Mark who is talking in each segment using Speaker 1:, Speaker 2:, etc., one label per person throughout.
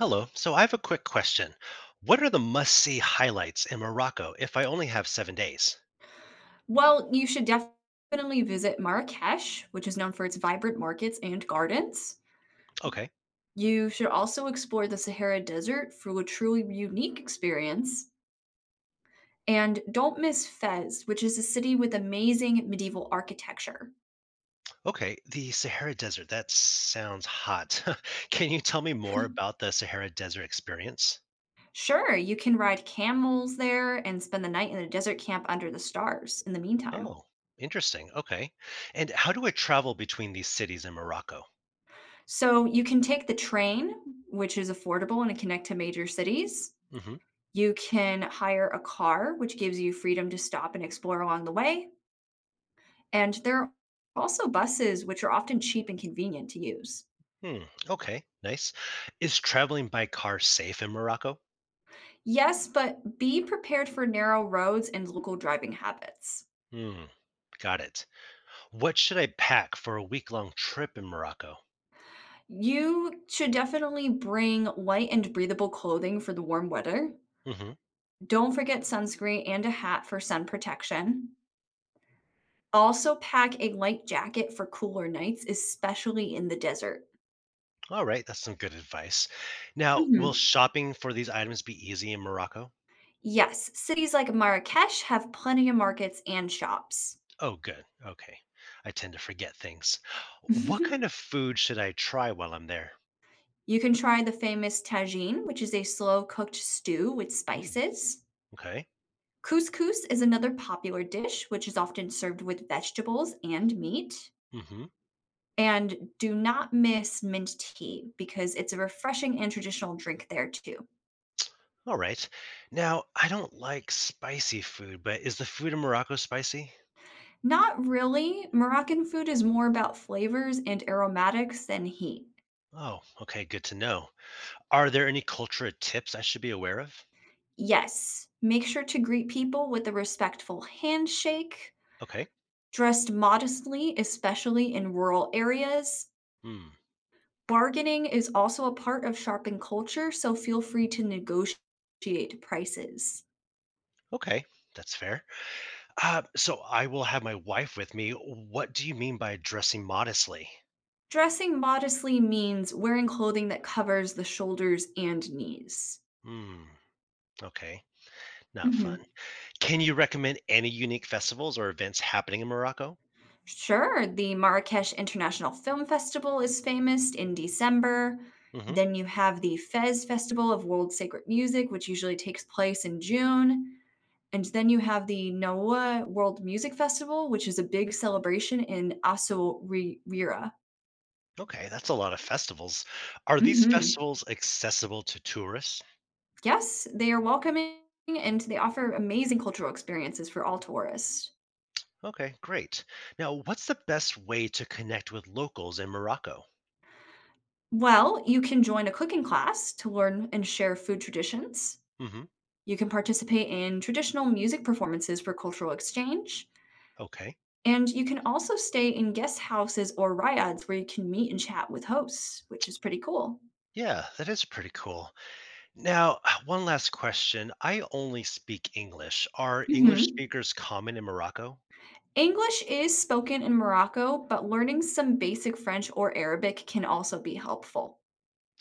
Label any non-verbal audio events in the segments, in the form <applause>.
Speaker 1: Hello. So I have a quick question. What are the must-see highlights in Morocco if I only have 7 days?
Speaker 2: Well, you should definitely visit Marrakesh, which is known for its vibrant markets and gardens.
Speaker 1: Okay.
Speaker 2: You should also explore the Sahara Desert for a truly unique experience. And don't miss Fez, which is a city with amazing medieval architecture.
Speaker 1: Okay. The Sahara Desert. That sounds hot. <laughs> Can you tell me more about the Sahara Desert experience?
Speaker 2: Sure, you can ride camels there and spend the night in a desert camp under the stars in the meantime.
Speaker 1: Oh, interesting. Okay. And how do I travel between these cities in Morocco?
Speaker 2: So you can take the train, which is affordable and it connect to major cities.
Speaker 1: Hmm.
Speaker 2: You can hire a car, which gives you freedom to stop and explore along the way. And there are also buses, which are often cheap and convenient to use.
Speaker 1: Hmm. Okay. Nice. Is traveling by car safe in Morocco?
Speaker 2: Yes, but be prepared for narrow roads and local driving habits.
Speaker 1: Hmm. Got it. What should I pack for a week-long trip in Morocco?
Speaker 2: You should definitely bring light and breathable clothing for the warm weather. Don't forget sunscreen and a hat for sun protection. Also, pack a light jacket for cooler nights, especially in the desert.
Speaker 1: All right, that's some good advice. Now, will
Speaker 2: Mhm.
Speaker 1: shopping for these items be easy in Morocco?
Speaker 2: Yes, cities like Marrakesh have plenty of markets and shops.
Speaker 1: Oh, good. Okay. I tend to forget things. What kind
Speaker 2: <laughs>
Speaker 1: of food should I try while I'm there?
Speaker 2: You can try the famous tagine, which is a slow cooked stew with
Speaker 1: Mm,
Speaker 2: spices.
Speaker 1: okay.
Speaker 2: Couscous is another popular dish, which is often served with vegetables and meat.
Speaker 1: Mm-hmm.
Speaker 2: And do not miss mint tea because it's a refreshing and traditional drink there too.
Speaker 1: All right. Now, I don't like spicy food, but is the food in Morocco spicy?
Speaker 2: Not really. Moroccan food is more about flavors and aromatics than heat.
Speaker 1: Oh, okay. Good to know. Are there any cultural tips I should be aware of?
Speaker 2: Yes. Make sure to greet people with a respectful handshake,
Speaker 1: Okay.
Speaker 2: dressed modestly, especially in rural areas.
Speaker 1: Hmm.
Speaker 2: Bargaining is also a part of shopping culture, so feel free to negotiate prices.
Speaker 1: Okay. That's fair. So I will have my wife with me. What do you mean by dressing modestly?
Speaker 2: Dressing modestly means wearing clothing that covers the shoulders and knees.
Speaker 1: Hmm. Okay, not fun.
Speaker 2: Mhm.
Speaker 1: Can you recommend any unique festivals or events happening in Morocco?
Speaker 2: Sure. The Marrakesh International Film Festival is famous in December.
Speaker 1: Hmm.
Speaker 2: Then you have the Fez Festival of World Sacred Music, which usually takes place in June. And then you have the NOAA World Music Festival, which is a big celebration in Asuriera.
Speaker 1: Okay, that's a lot of festivals. Are these
Speaker 2: Hmm.
Speaker 1: festivals accessible to tourists?
Speaker 2: Yes, they are welcoming and they offer amazing cultural experiences for all tourists.
Speaker 1: Okay, great. Now, what's the best way to connect with locals in Morocco?
Speaker 2: Well, you can join a cooking class to learn and share food traditions.
Speaker 1: Hmm.
Speaker 2: You can participate in traditional music performances for cultural exchange.
Speaker 1: Okay.
Speaker 2: And you can also stay in guest houses or ryads where you can meet and chat with hosts, which is pretty cool.
Speaker 1: Yeah, that is pretty cool. Now, <sighs> one last question. I only speak English. Are
Speaker 2: Hmm.
Speaker 1: English speakers common in Morocco?
Speaker 2: English is spoken in Morocco, but learning some basic French or Arabic can also be helpful.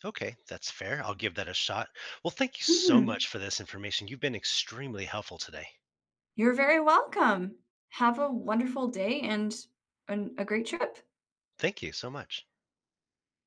Speaker 1: Okay, that's fair. I'll give that a shot. Well, thank you so much
Speaker 2: Hmm.
Speaker 1: for this information. You've been extremely helpful today.
Speaker 2: You're very welcome. Have a wonderful day and a great trip.
Speaker 1: Thank you so much.